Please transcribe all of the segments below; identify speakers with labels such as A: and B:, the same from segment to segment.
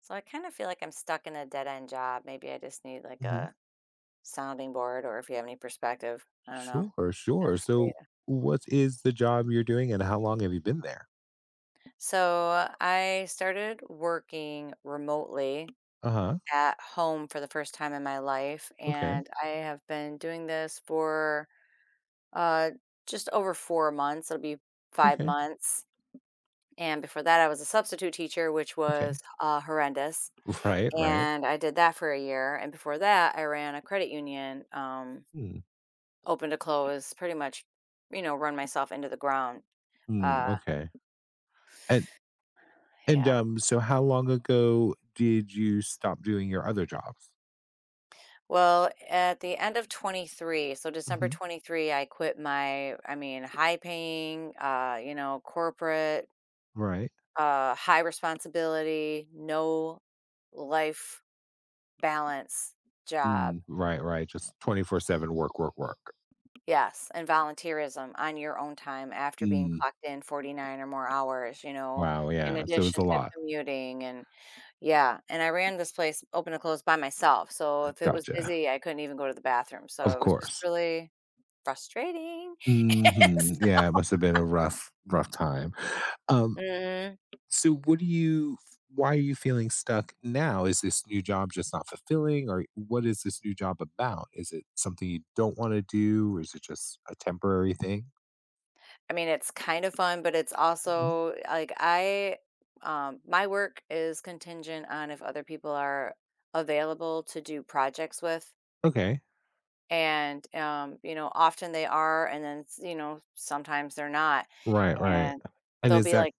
A: So I kind of feel like I'm stuck in a dead end job. Maybe I just need like
B: hmm
A: a sounding board, or if you have any perspective, I don't know.
B: Sure,
A: Feel
B: sure.
A: free
B: So,
A: to.
B: what is the job you're doing, and how long have you been there?
A: So I started working remotely
B: Uh huh.
A: at home for the first time in my life,
B: Okay.
A: and I have been doing this for uh just over 4 months. It'll be 5
B: Okay.
A: months. And before that I was a substitute teacher, which
B: Okay.
A: was horrendous.
B: Right. Right.
A: And I did that for a year, and before that I ran a credit union,
B: Hmm.
A: open to close, pretty much, you know, run myself into the ground.
B: Hmm.
A: Uh,
B: Okay. And and
A: yeah.
B: um. So, how long ago did you stop doing your other jobs?
A: Well, at the end of 23, so December
B: hmm
A: 23, I quit my, I mean, high paying, you know, corporate,
B: Right.
A: high responsibility, no life balance job.
B: Mm, right. Right. Just 24/7 work, work, work.
A: Yes. And volunteerism on your own time after being
B: Mm.
A: clocked in 49 or more hours, you know,
B: Wow.
A: in
B: Yeah. So it's
A: addition
B: a
A: to
B: lot.
A: commuting and yeah, and I ran this place open and close by myself, so if it was
B: Gotcha.
A: busy, I couldn't even go to the bathroom, so
B: Of
A: it was just
B: course.
A: really frustrating.
B: Yeah. It must have been a rough time. Um.
A: Mhm.
B: So, what do you? Why are you feeling stuck now? Is this new job just not fulfilling, or what is this new job about? Is it something you don't want to do, or is it just a temporary thing?
A: I mean, it's kind of fun, but it's
B: hmm
A: also, like, I my work is contingent on if other people are available to do projects with,
B: Okay,
A: and, you know, often they are, and then, s you know, sometimes they're not,
B: right, right.
A: and
B: And
A: they'll
B: is
A: be
B: that
A: like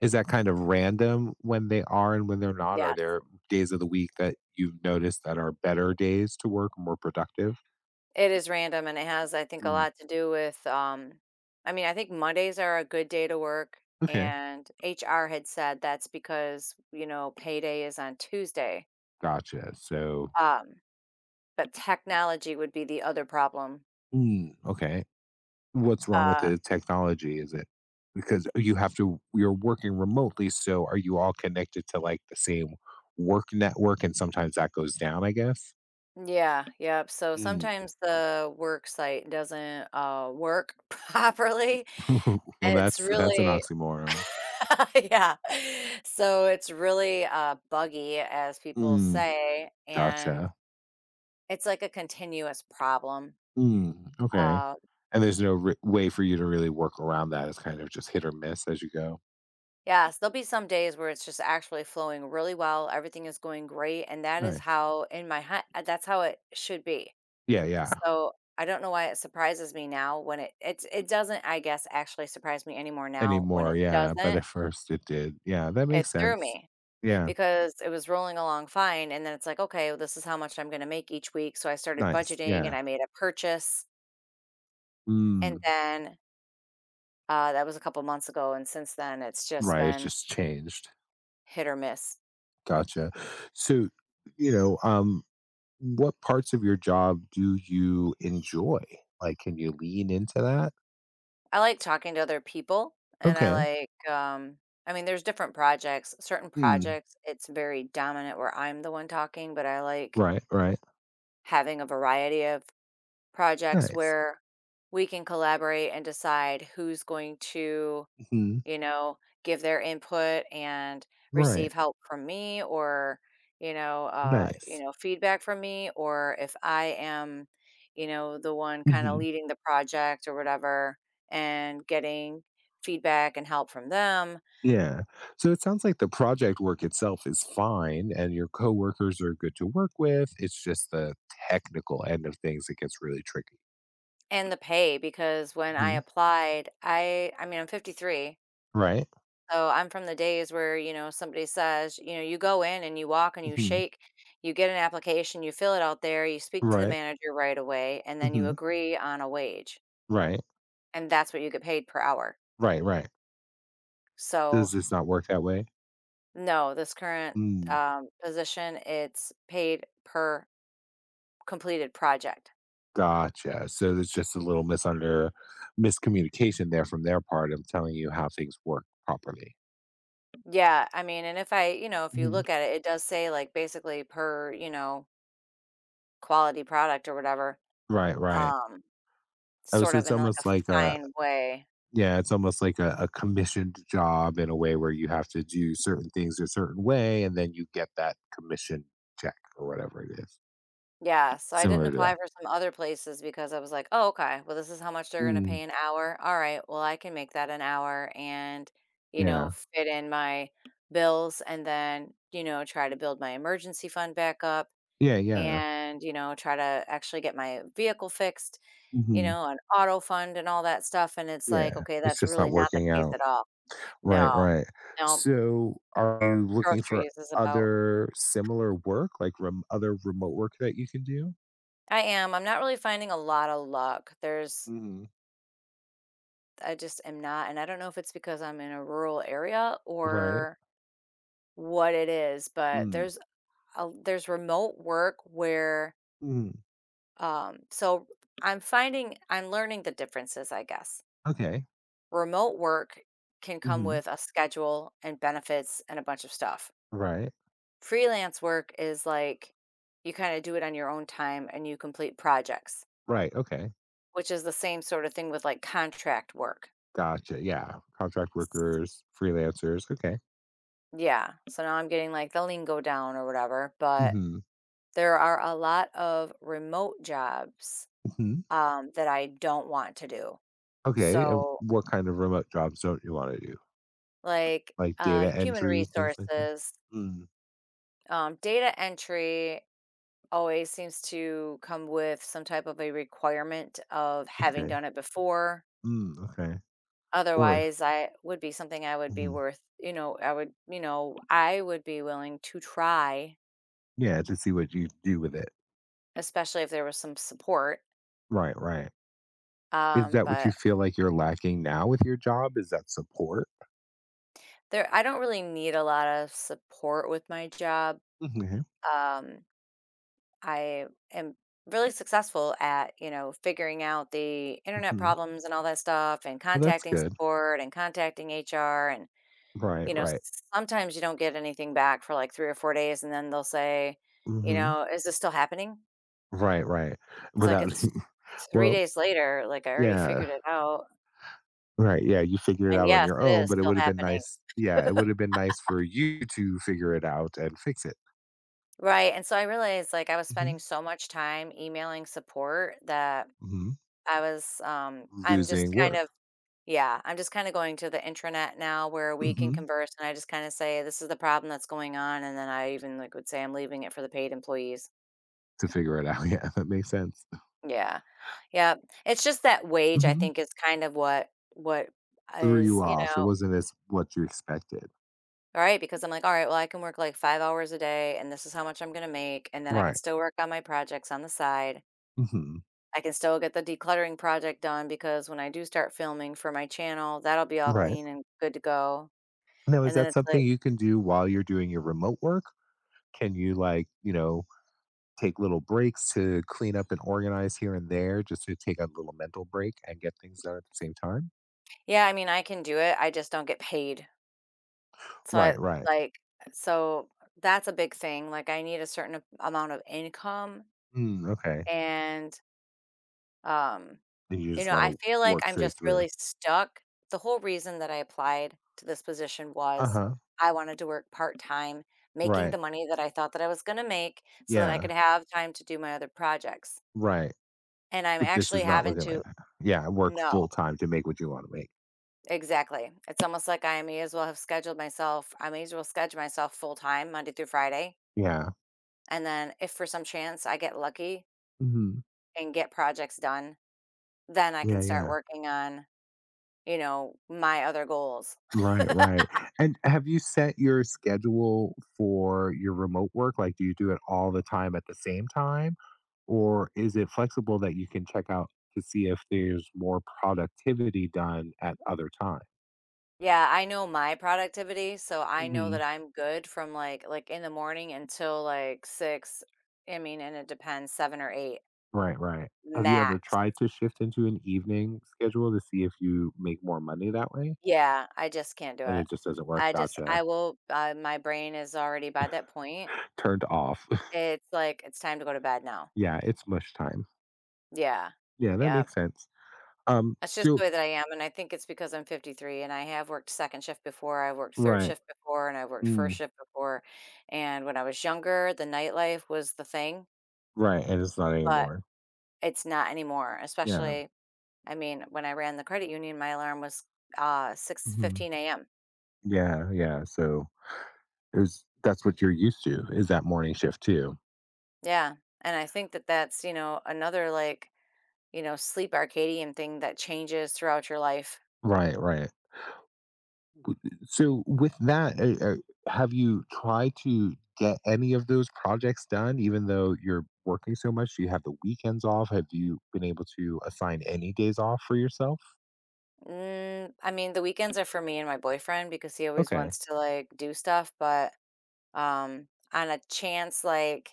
B: is that kind of random when they are and when they're not?
A: yeah.
B: Are there days of the week that you've noticed that are better days to work, more productive?
A: It is random, and it has, I think, a
B: Mm.
A: lot to do with, I mean, I think Mondays are a good day to work,
B: Okay,
A: and HR had said that's because, you know, payday is on Tuesday.
B: gotcha. So,
A: Um, but technology would be the other problem.
B: mm, okay, what's wrong with
A: Uh,
B: the technology? Is it because you have to You're working remotely, so are you all connected to, like, the same work network, and sometimes that goes down, I guess?
A: yeah, yep. So
B: Mm.
A: sometimes the work site doesn't work properly.
B: Well,
A: And it's
B: that's an
A: really,
B: oxymoron.
A: yeah. So it's really buggy, as people
B: Mm,
A: say, and
B: gotcha.
A: it's like a continuous problem.
B: Mm, okay.
A: Uh,
B: And there's no re way for you to really work around that, it's kind of just hit or miss as you go.
A: yes, there'll be some days where it's just actually flowing really well, everything is going great, and that is
B: Nice.
A: how in my head that's how it should be.
B: Yeah, yeah.
A: So, I don't know why it surprises me now when it doesn't, I guess, actually surprise me anymore now when
B: Anymore,
A: it
B: yeah, but
A: doesn't.
B: at first it did. Yeah, that
A: It
B: makes
A: threw
B: sense.
A: me
B: Yeah,
A: because it was rolling along fine, and then it's like, "Okay, well, this is how much I'm gonna make each week," so I started
B: nice,
A: budgeting and
B: yeah.
A: I made a purchase,
B: Mm,
A: and then, that was a couple months ago, and since then, it's just
B: right, it
A: been
B: just changed.
A: hit or miss.
B: Gotcha. So, you know, um, what parts of your job do you enjoy? Like, can you lean into that?
A: I like talking to other people, and I
B: Okay.
A: like, I mean, there's different projects. Certain
B: Hmm.
A: projects, it's very dominant where I'm the one talking, but I like
B: Right. Right.
A: having a variety of projects
B: Nice.
A: where we can collaborate and decide who's going to,
B: hmm
A: you know, give their input and
B: Right.
A: receive help from me, or, you
B: Nice.
A: know, feedback from me, or if I am, you know, the one kind of
B: hmm
A: leading the project or whatever, and getting feedback and help from them,
B: Yeah. So it sounds like the project work itself is fine, and your coworkers are good to work with. It's just the technical end of things that gets really tricky.
A: and the pay. Because when I
B: hmm
A: applied, I mean, I'm 53.
B: Right.
A: So I'm from the days where, you know, somebody says, you know, you go in and you walk and you
B: hmm
A: shake, you get an application, you fill it out there, you speak to the
B: Right.
A: manager right away, and then you
B: hmm
A: agree on a wage.
B: Right.
A: And that's what you get paid per hour.
B: Right. Right. Does
A: So,
B: this not work that way?
A: no, this current
B: Mm.
A: position, it's paid per completed project.
B: Gotcha. So there's just a little misunder miscommunication there from their part of telling you how things work properly.
A: Yeah. I mean, and if I, you know, if you
B: Mhm.
A: look at it, it does say like basically per, you know, quality product or whatever,
B: Right, right.
A: um,
B: Oh,
A: sort
B: so
A: of
B: it's
A: in like a
B: almost like a
A: fine way.
B: yeah, it's almost like a commissioned job in a way where you have to do certain things a certain way and then you get that commission check or whatever it is.
A: Yeah, so I didn't
B: Similar to
A: apply
B: that.
A: for some other places because I was like, "Oh, okay. Well, this is how much they're gonna
B: Mm.
A: pay an hour. All right, well, I can make that an hour and, you know,
B: Yeah.
A: fit in my bills and then, you know, try to build my emergency fund back up
B: Yeah, yeah.
A: and, you know, try to actually get my vehicle fixed, you
B: Mhm.
A: know, an auto fund and all that stuff." And it's like,
B: Yeah.
A: okay,
B: It's
A: that's
B: just
A: really
B: not
A: not the
B: working
A: case
B: out.
A: at all.
B: Right,
A: No,
B: right.
A: no,
B: So, are you looking for
A: groceries is about
B: other similar work, like rem other remote work that you can do?
A: I am. I'm not really finding a lot of luck. There's,
B: Mhm.
A: I just am not, and I don't know if it's because I'm in a rural area
B: Right.
A: or what it is, but
B: Mm.
A: there's remote work where
B: Mm.
A: so I'm learning the differences, I guess.
B: Okay.
A: Remote work can come
B: Mhm.
A: with a schedule and benefits and a bunch of stuff.
B: Right.
A: Freelance work is like you kind of do it on your own time and you complete projects,
B: Right, okay.
A: which is the same sort of thing with like contract work.
B: Gotcha, yeah. Contract workers, freelancers, okay.
A: Yeah. So now I'm getting like the lingo down or whatever, but
B: Mhm.
A: there are a lot of remote jobs,
B: Mhm.
A: that I don't want to do.
B: Okay, and
A: So,
B: what kind of remote jobs don't you wanna do?
A: like,
B: Like data
A: human
B: entry, things like that?
A: resources,
B: Mm.
A: data entry always seems to come with some type of a requirement of having
B: Okay.
A: done it before.
B: Mm, okay. Or
A: Otherwise, I would be something, I would be
B: mhm.
A: worth, you know, I would, you know, I would be willing to try,
B: Yeah, to see what you do with it.
A: especially if there was some support.
B: Right, right. Is that what
A: But
B: you feel like you're lacking now with your job? Is that support?
A: there, I don't really need a lot of support with my job,
B: Mhm,
A: um, I am really successful at, you know, figuring out the internet
B: mhm.
A: problems and all that stuff, and
B: Oh, that's
A: contacting
B: good.
A: support and contacting HR. And,
B: Right,
A: you know,
B: right.
A: sometimes you don't get anything back for like 3 or 4 days, and then they'll say, you
B: Mhm.
A: know, is this still happening?
B: Right, right.
A: It's like,
B: Without
A: it's three
B: well,
A: days later, like, I already
B: yeah.
A: figured it out,
B: Right, yeah, you figured it
A: and
B: out on
A: yes,
B: your
A: it
B: own,
A: is
B: but it
A: still
B: would have been
A: happening.
B: nice yeah, it would have been nice for you to figure it out and fix it.
A: Right. And so I realized, like, I was spending
B: Mhm,
A: so much time emailing support that
B: mhm.
A: I'm just
B: Losing
A: kind of,
B: work.
A: yeah, I'm just kinda going to the intranet now where we can
B: Mhm.
A: converse, and I just kinda say, "This is the problem that's going on," and then I even, like, would say, "I'm leaving it for the paid employees."
B: To figure it out. Yeah, that makes sense.
A: Yeah, yeah, it's just that wage, I
B: Mhm.
A: think, is kind of what
B: Threw
A: is,
B: you
A: you
B: off. It
A: know,
B: wasn't as what you expected.
A: all right. Because I'm like, "Alright, well, I can work, like, 5 hours a day, and this is how much I'm gonna make, and then I can
B: Right.
A: still work on my projects on the side.
B: Mhm.
A: I can still get the decluttering project done because when I do start filming for my channel, that'll be all
B: Right.
A: clean and good to go."
B: Now, is
A: And then
B: that
A: it's like
B: something you can do while you're doing your remote work? Can you, like, take little breaks to clean up and organize here and there just to take a little mental break and get things done at the same time?
A: yeah, I mean, I can do it, I just don't get paid. So, I
B: Right, right.
A: like so that's a big thing, like, I need a certain a amount of income,
B: Mm, okay.
A: and, um,
B: Then you
A: you
B: just
A: know,
B: want
A: I
B: to
A: feel like
B: work
A: I'm
B: straight
A: just
B: through.
A: really stuck. The whole reason that I applied to this position
B: Uh
A: was
B: huh.
A: I wanted to work part-time, making
B: Right.
A: the money that I thought that I was gonna make so that I could
B: Yeah.
A: have time to do my other projects,
B: Right.
A: and I'm
B: But this
A: actually
B: is not
A: having
B: looking like
A: to
B: that. Yeah. Work
A: no.
B: full time to make what you want to make.
A: Exactly. It's almost like I may as well schedule myself full time Monday through Friday,
B: Yeah.
A: and then if for some chance I get lucky
B: hmm
A: and get projects done, then I can
B: Yeah.
A: start
B: Yeah.
A: working on, you know, my other goals.
B: Right, right. And have you set your schedule for your remote work? Like, do you do it all the time at the same time? Or is it flexible that you can check out to see if there's more productivity done at other times?
A: Yeah, I know my productivity, so I know that
B: hmm
A: I'm good from like in the morning until like 6, I mean, and it depends, 7 or 8
B: Right, right. Have you ever
A: max.
B: tried to shift into an evening schedule to see if you make more money that way?
A: Yeah, I just can't do
B: And
A: it.
B: it just doesn't work.
A: I
B: Gotcha.
A: will, my brain is already by that point.
B: Turned off.
A: It's like, "It's time to go to bed now."
B: Yeah, it's mush time.
A: Yeah.
B: Yeah, that
A: Yeah.
B: makes sense. Um,
A: That's just the
B: so
A: way that I am, and I think it's because I'm 53 and I have worked second shift before, I worked third
B: right.
A: shift before, and I worked first
B: Mm,
A: shift before, and when I was younger, the nightlife was the thing,
B: right, and it's not
A: but
B: anymore.
A: it's not anymore,
B: Yeah.
A: especially I mean, when I ran the credit union, my alarm was,
B: Mhm.
A: 6:15 a.m.
B: Yeah, yeah, so it was. That's what you're used to, is that morning shift too.
A: Yeah, and I think that that's, you know, another, like, you know, sleep Arcadian thing that changes throughout your life.
B: Right, right. So with that, have you tried to get any of those projects done even though you're working so much? Do you have the weekends off? Have you been able to assign any days off for yourself?
A: Mm, I mean, the weekends are for me and my boyfriend because he always
B: Okay.
A: wants to like do stuff, but on a chance like,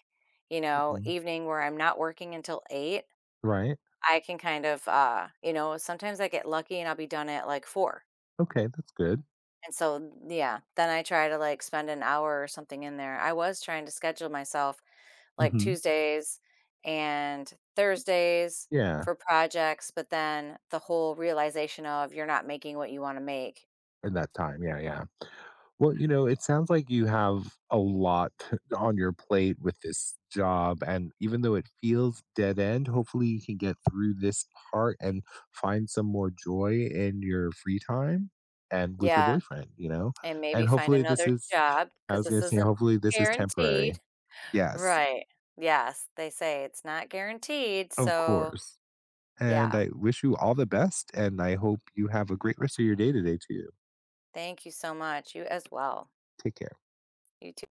A: you know,
B: Mhm.
A: evening where I'm not working until 8,
B: Right.
A: I can kind of, you know, sometimes I get lucky and I'll be done at like 4.
B: Okay, that's good.
A: And so yeah, then I try to like spend an hour or something in there. I was trying to schedule myself like
B: Mhm.
A: Tuesdays and Thursdays
B: Yeah,
A: for projects, but then the whole realization of you're not making what you want to make.
B: in that time, yeah, yeah. Well, it sounds like you have a lot on your plate with this job. And even though it feels dead end, hopefully you can get through this part and find some more joy in your free time and with your
A: Yeah,
B: boyfriend,
A: and maybe
B: And
A: find
B: hopefully this
A: another
B: is,
A: job
B: I
A: because
B: was
A: this
B: going to say,
A: isn't
B: hopefully this is temporary.
A: guaranteed.
B: Yes,
A: Right. Yes, they say it's not guaranteed,
B: of
A: so
B: course. And
A: yeah.
B: I wish you all the best. And I hope you have a great rest of your day today, too.
A: Thank you so much. You as well.
B: Take care.
A: You too.